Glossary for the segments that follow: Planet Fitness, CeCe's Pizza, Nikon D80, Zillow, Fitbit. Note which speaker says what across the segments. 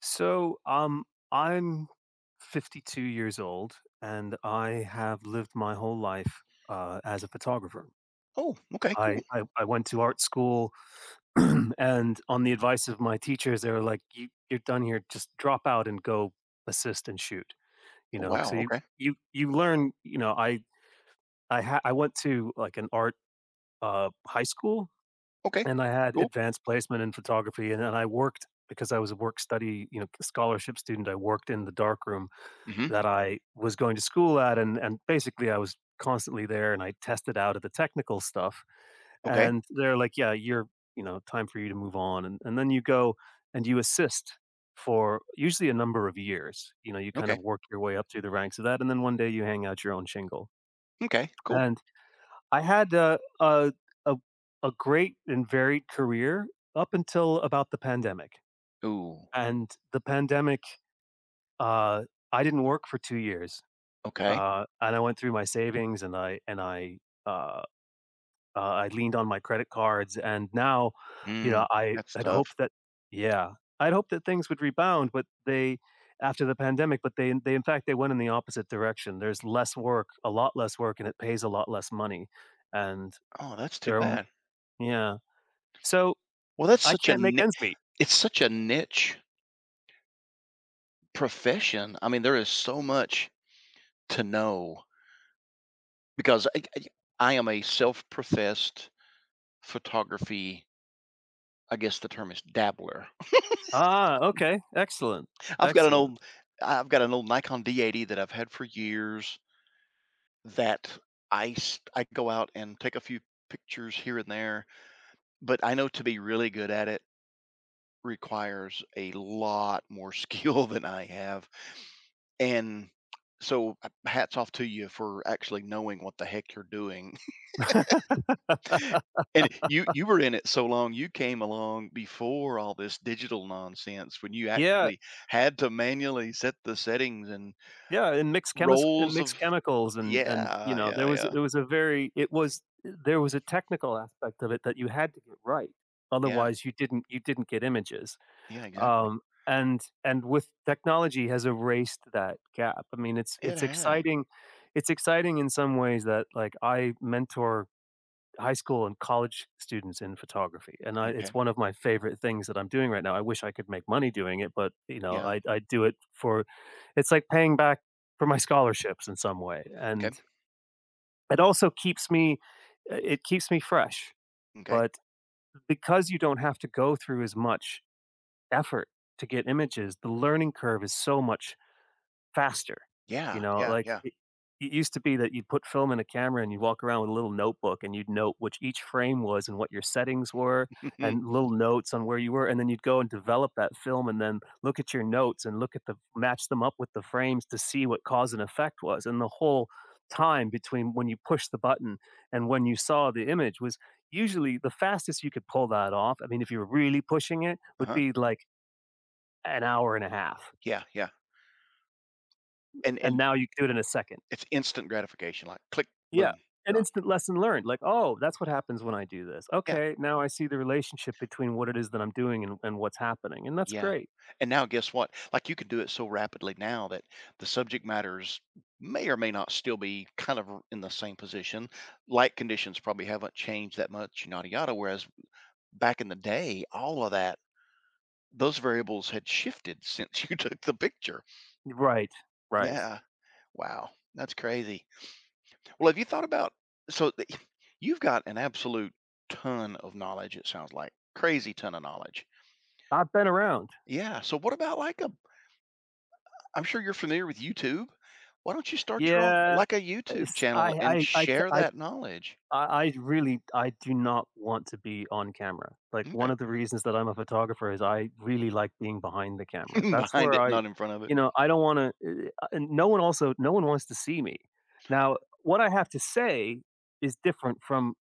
Speaker 1: So, I'm 52 years old, and I have lived my whole life as a photographer.
Speaker 2: Oh, okay,
Speaker 1: I,
Speaker 2: cool.
Speaker 1: I I went to art school. And on the advice of my teachers, they were like, "You're done here. Just drop out and go assist and shoot." You
Speaker 2: Oh,
Speaker 1: know, so
Speaker 2: wow,
Speaker 1: you
Speaker 2: okay.
Speaker 1: you you learn. You know, I went to, like, an art high school,
Speaker 2: Okay,
Speaker 1: and I had
Speaker 2: cool.
Speaker 1: advanced placement in photography, and I worked because I was a work study scholarship student. I worked in the darkroom
Speaker 2: Mhm.
Speaker 1: that I was going to school at, and basically I was constantly there, and I tested out at the technical stuff,
Speaker 2: Okay,
Speaker 1: and they're like, "Yeah, you're time for you to move on," and then you go and you assist for usually a number of years. You know, you kind
Speaker 2: okay,
Speaker 1: of work your way up through the ranks of that, and then one day you hang out your own shingle.
Speaker 2: okay, cool.
Speaker 1: And I had a, a great and varied career up until about the pandemic,
Speaker 2: Ooh,
Speaker 1: and the pandemic. Uh, I didn't work for 2 years.
Speaker 2: okay.
Speaker 1: And I went through my savings, and uh, I leaned on my credit cards, and now, you know,
Speaker 2: Mm,
Speaker 1: I
Speaker 2: that's
Speaker 1: had
Speaker 2: tough.
Speaker 1: hoped that. Yeah, I'd hoped that things would rebound, but they after the pandemic, but they, in fact, they went in the opposite direction. There's less work, a lot less work, and it pays a lot less money, and
Speaker 2: Oh, that's too
Speaker 1: there are m
Speaker 2: bad.
Speaker 1: yeah. So,
Speaker 2: Well, that's
Speaker 1: I
Speaker 2: such a
Speaker 1: can't make
Speaker 2: ni
Speaker 1: ends meet.
Speaker 2: it's such a niche profession. I mean, there is so much to know, because I am a self-professed, photography I guess the term is, dabbler.
Speaker 1: Ah, okay, excellent,
Speaker 2: I've got an
Speaker 1: excellent.
Speaker 2: old I've got an old Nikon D80 that I've had for years. That I s I go out and take a few pictures here and there, but I know to be really good at it requires a lot more skill than I have, and so, hats off to you for actually knowing what the heck you're doing. And you were in it so long. You came along before all this digital nonsense, when you
Speaker 1: Yeah.
Speaker 2: actually had to manually set the settings and
Speaker 1: Yeah, and
Speaker 2: roles of
Speaker 1: mixed chemicals, and, you
Speaker 2: Yeah,
Speaker 1: know, there
Speaker 2: yeah,
Speaker 1: was
Speaker 2: yeah.
Speaker 1: it was a very it was there was a technical aspect of it that you had to get right.
Speaker 2: Yeah,
Speaker 1: Otherwise, you didn't get images.
Speaker 2: yeah, exactly.
Speaker 1: Um, and with technology has erased that gap. I mean,
Speaker 2: It has,
Speaker 1: it's exciting in some ways that, like, I mentor high school and college students in photography, and I
Speaker 2: okay.
Speaker 1: it's one of my favorite things that I'm doing right now. I wish I could make money doing it, but, you know,
Speaker 2: Yeah.
Speaker 1: I do it for, it's like paying back for my scholarships in some way, and
Speaker 2: Okay.
Speaker 1: it also keeps me, it keeps me fresh,
Speaker 2: Okay.
Speaker 1: but because you don't have to go through as much effort to get images, the learning curve is so much faster. You
Speaker 2: Yeah.
Speaker 1: know,
Speaker 2: Yeah.
Speaker 1: like,
Speaker 2: Yeah.
Speaker 1: it used to be that you'd put film in a camera and you'd walk around with a little notebook and you'd note which each frame was and what your settings were and little notes on where you were, and then you'd go and develop that film and then look at your notes and look at the match them up with the frames to see what cause and effect was, and the whole time between when you pushed the button and when you saw the image was usually the fastest you could pull that off. I mean, if you were really pushing it, would
Speaker 2: Uh-huh.
Speaker 1: be, like, an hour and a half,
Speaker 2: Yeah. Yeah. And
Speaker 1: and
Speaker 2: and
Speaker 1: now you could do it in a second.
Speaker 2: it's instant gratification. Like, click,
Speaker 1: Yeah,
Speaker 2: boom,
Speaker 1: an
Speaker 2: done.
Speaker 1: instant lesson learned. Like, "Oh, that's what happens when I do this.
Speaker 2: Yeah.
Speaker 1: Okay, now I see the relationship between what it is that I'm doing and what's happening," and that's
Speaker 2: Yeah.
Speaker 1: great.
Speaker 2: And now guess what? Like, you can do it so rapidly now that the subject matters may or may not still be kind of in the same position. Light conditions probably haven't changed that much, yada yada. Whereas back in the day, all of that those variables had shifted since you took the picture.
Speaker 1: Right, right.
Speaker 2: Yeah. Wow. That's crazy. Well, have you thought about, so th- you've got an absolute ton of knowledge, it sounds like. Crazy ton of knowledge.
Speaker 1: I've been around.
Speaker 2: Yeah. So what about, like a I'm sure you're familiar with YouTube. Why don't you start your own,
Speaker 1: Yeah,
Speaker 2: like, a YouTube
Speaker 1: it's
Speaker 2: channel and
Speaker 1: I, ca-
Speaker 2: share that knowledge?
Speaker 1: I really I do not want to be on camera. Like,
Speaker 2: Okay.
Speaker 1: one of the reasons that I'm a photographer is I really like being behind the camera. That's
Speaker 2: Behind
Speaker 1: where
Speaker 2: it,
Speaker 1: I,
Speaker 2: not in front of it.
Speaker 1: you know, I don't wanna, and no one wants to see me. Now, what I have to say is different from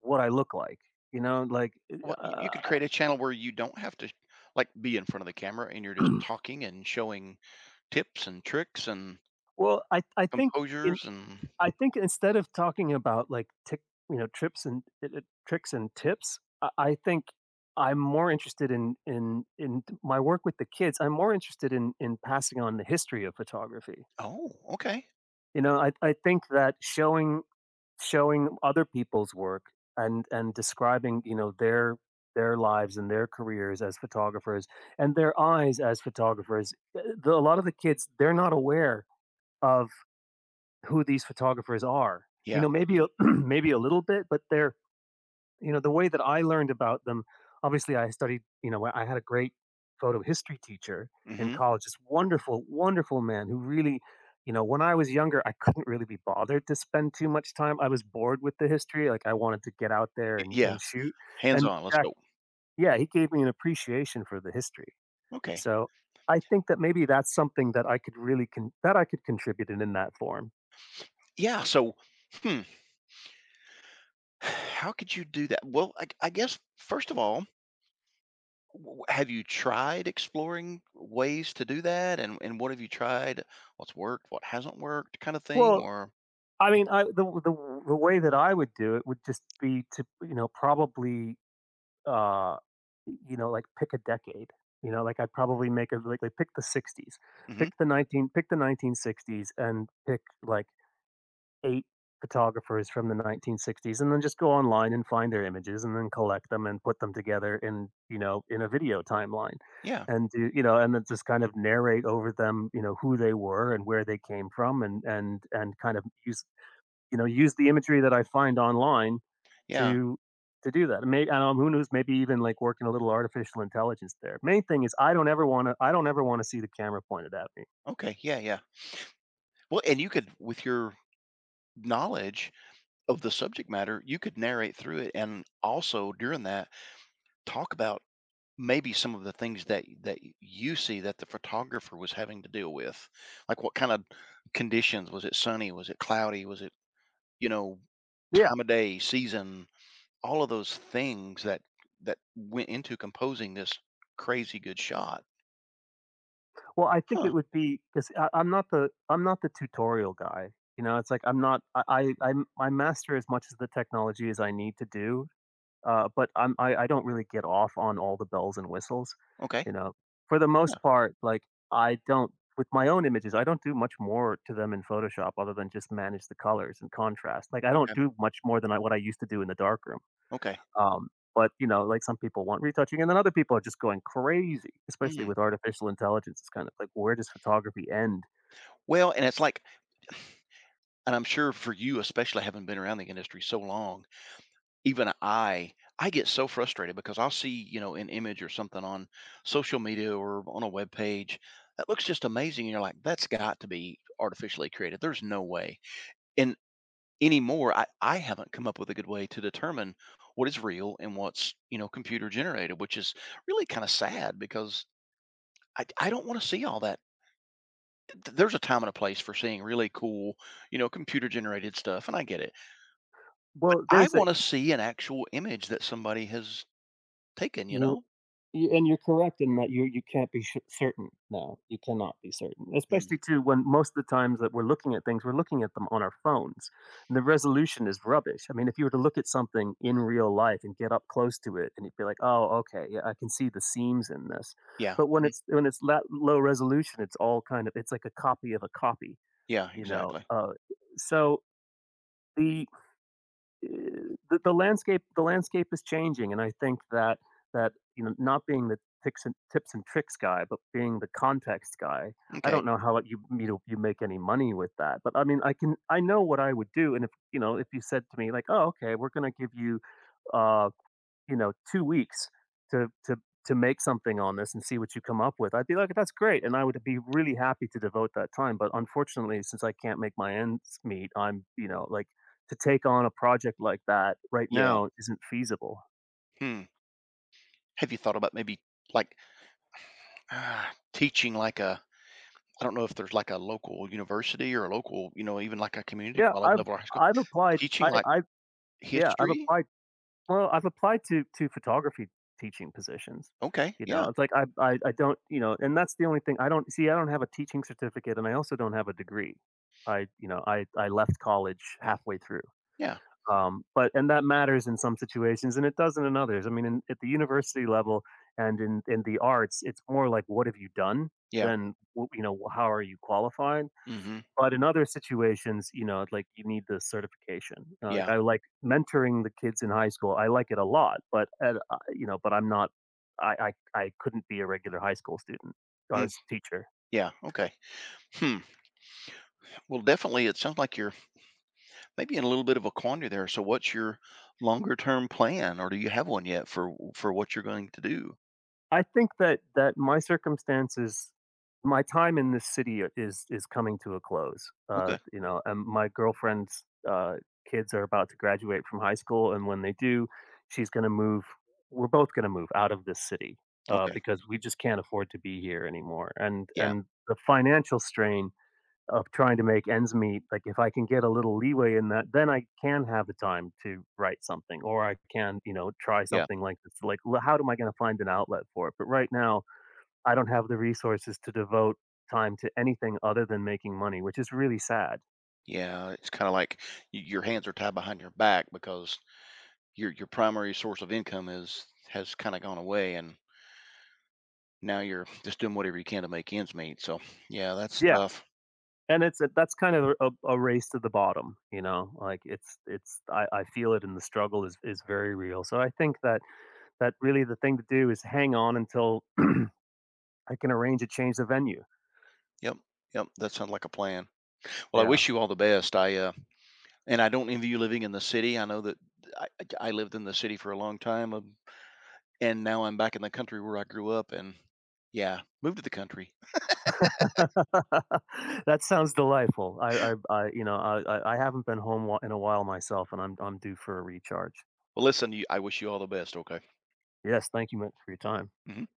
Speaker 1: what I look like, you know, like,
Speaker 2: Well, you could create a channel where you don't have to, like, be in front of the camera, and you're just talking and showing tips and tricks and
Speaker 1: well, in
Speaker 2: composures, and
Speaker 1: I think instead of talking about, like, tick, you know, trips and tricks and tips. I think I'm more interested in my work with the kids. I'm more interested in passing on the history of photography.
Speaker 2: oh, okay.
Speaker 1: You know, I think that showing other people's work and describing, their lives and their careers as photographers, and their eyes as photographers. A lot of the kids, they're not aware of who these photographers are, you
Speaker 2: Yeah.
Speaker 1: know. Maybe maybe a little bit, but they're, you know, the way that I learned about them. Obviously I studied, you know. I had a great photo history teacher in
Speaker 2: Hmm.
Speaker 1: college, this wonderful, wonderful man who really, you know, when I was younger, I couldn't really be bothered to spend too much time. I was bored with the history. Like, I wanted to get out there and,
Speaker 2: Yeah.
Speaker 1: and shoot.
Speaker 2: Hands
Speaker 1: And
Speaker 2: on. Let's
Speaker 1: Jack,
Speaker 2: go.
Speaker 1: yeah, he gave me an appreciation for the history.
Speaker 2: Okay.
Speaker 1: So I think that maybe that's something that I could contribute in that form.
Speaker 2: Yeah, so, hmm, how could you do that? Well, I guess, first of all, w have you tried exploring ways to do that, and what have you tried? What's worked, what hasn't worked, kind of thing,
Speaker 1: Well,
Speaker 2: or
Speaker 1: I mean, I the way that I would do it would just be to, probably, uh, like, pick a decade. You know, like, I'd probably make a like, pick the '60s,
Speaker 2: Mhm,
Speaker 1: pick the 1960s, and pick, like, 8 photographers from the 1960s, and then just go online and find their images, and then collect them and put them together in, you know, in a video timeline
Speaker 2: yeah,
Speaker 1: and and then just kind of narrate over them, you know, who they were and where they came from and kind of use, use the imagery that I find online
Speaker 2: yeah,
Speaker 1: to to do that. And may who knows, maybe even, like, working a little artificial intelligence there. Main thing is I don't ever want to see the camera pointed at me.
Speaker 2: okay, yeah, yeah. Well, and you could, with your knowledge of the subject matter, you could narrate through it, and also during that, talk about maybe some of the things that you see that the photographer was having to deal with, like what kind of conditions, was it sunny, was it cloudy, was it, you know,
Speaker 1: Yeah.
Speaker 2: time of day, season, all of those things that went into composing this crazy good shot.
Speaker 1: Well, I think
Speaker 2: Huh.
Speaker 1: it would be because I'm not the tutorial guy. You know, it's like I'm not I, I master as much of the technology as I need to do. But I don't really get off on all the bells and whistles,
Speaker 2: Okay.
Speaker 1: you know? For the
Speaker 2: Yeah.
Speaker 1: most part, like, I don't with my own images, I don't do much more to them in Photoshop other than just manage the colors and contrast. Like, I don't
Speaker 2: Okay.
Speaker 1: do much more than I what I used to do in the darkroom.
Speaker 2: Okay.
Speaker 1: Um, but, you know, like, some people want retouching, and then other people are just going crazy, especially
Speaker 2: Mhm.
Speaker 1: with artificial intelligence. It's kind of like, where does photography end?
Speaker 2: Well, and it's like, and I'm sure for you, especially having been around the industry so long, even I get so frustrated because I'll see, you know, an image or something on social media or on a web page that looks just amazing. And you're like, that's got to be artificially created. There's no way. And anymore, I haven't come up with a good way to determine what is real and what's, you know, computer generated, which is really kind of sad because I don't want to see all that. There's a time and a place for seeing really cool, you know, computer generated stuff. And I get it.
Speaker 1: Well,
Speaker 2: I
Speaker 1: there's a
Speaker 2: want to see an actual image that somebody has taken, you
Speaker 1: you
Speaker 2: know?
Speaker 1: Y and you're correct in that you can't be sh certain. No, you cannot be certain,
Speaker 2: Mm.
Speaker 1: especially too when most of the times that we're looking at things, we're looking at them on our phones, and the resolution is rubbish. I mean, if you were to look at something in real life and get up close to it, and you'd be like, "Oh, okay, yeah, I can see the seams in this,"
Speaker 2: Yeah.
Speaker 1: but
Speaker 2: Mhm.
Speaker 1: when it's that low resolution, it's all kind of, it's like a copy of a copy,
Speaker 2: Yeah,
Speaker 1: you know?
Speaker 2: exactly.
Speaker 1: So the the landscape is changing, and I think that, not being the tips and tricks guy, but being the context guy. I
Speaker 2: Okay.
Speaker 1: don't know how you, you know, you make any money with that, but I mean I can, I know what I would do, and if, you know, if you said to me like, "Oh, okay, we're gonna give you uh you know, 2 weeks to make something on this and see what you come up with." I'd be like, "That's great," and I would be really happy to devote that time, but unfortunately, since I can't make my ends meet, I'm, you know, like, to take on a project like that right
Speaker 2: Yeah.
Speaker 1: now isn't feasible.
Speaker 2: Hmm. Have you thought about maybe, like, teaching, like a, I don't know if there's like a local university or a local, you know, even like a community
Speaker 1: Yeah,
Speaker 2: college level, or high school,
Speaker 1: I've applied
Speaker 2: teaching, like,
Speaker 1: I yeah, I've
Speaker 2: history?
Speaker 1: applied. Well, I've applied to photography teaching positions.
Speaker 2: Okay.
Speaker 1: You
Speaker 2: Yeah.
Speaker 1: know, it's like I don't. You know, and that's the only thing I don't see. I don't have a teaching certificate, and I also don't have a degree. I You know, I left college halfway through,
Speaker 2: Yeah.
Speaker 1: but and that matters in some situations, and it doesn't in others. I mean, in at the university level and in the arts, it's more like, "What have you done?"
Speaker 2: Yeah.
Speaker 1: than, w you know, "How are you qualified?"
Speaker 2: Hmm.
Speaker 1: But in other situations, you know, like, you need the certification. Like,
Speaker 2: Yeah.
Speaker 1: I like mentoring the kids in high school, I like it a lot, but at, you know, but I couldn't be a regular high school student. I
Speaker 2: Mm.
Speaker 1: was a teacher.
Speaker 2: Yeah. Okay. Hmm. Well, definitely, it sounds like you're maybe in a little bit of a quandary there. So what's your longer term plan, or do you have one yet for what you're going to do?
Speaker 1: I think that my circumstances, my time in this city, is coming to a close.
Speaker 2: Okay.
Speaker 1: You know, and my girlfriend's, kids are about to graduate from high school, and when they do, she's going to move. We're both going to move out of this city,
Speaker 2: Okay.
Speaker 1: because we just can't afford to be here anymore. And
Speaker 2: Yeah.
Speaker 1: and the financial strain of trying to make ends meet, like, if I can get a little leeway in that, then I can have the time to write something, or I can, you know, try
Speaker 2: Yeah.
Speaker 1: something like this. Like, l how am I gonna find an outlet for it? But right now, I don't have the resources to devote time to anything other than making money, which is really sad.
Speaker 2: Yeah, it's kind of like, your hands are tied behind your back because your primary source of income is has kind of gone away, and now you're just doing whatever you can to make ends meet. So yeah, that's
Speaker 1: Yeah,
Speaker 2: tough.
Speaker 1: and it's, that's kind of a race to the bottom, you know? Like, it's I feel it and the struggle is very real. So I think that really the thing to do is hang on until I can arrange a change of venue.
Speaker 2: Yep, yep, that sounds like a plan. Well, I wish
Speaker 1: Yeah.
Speaker 2: you all the best. I and I don't envy you living in the city. I know that I, I lived in the city for a long time, and now I'm back in the country where I grew up, and yeah, moved to the country.
Speaker 1: That sounds delightful. I you know, I haven't been home whi in a while myself, and I'm due for a recharge.
Speaker 2: Well, listen, I wish you all the best. Okay.
Speaker 1: Yes, thank you much for your time.
Speaker 2: Mhm.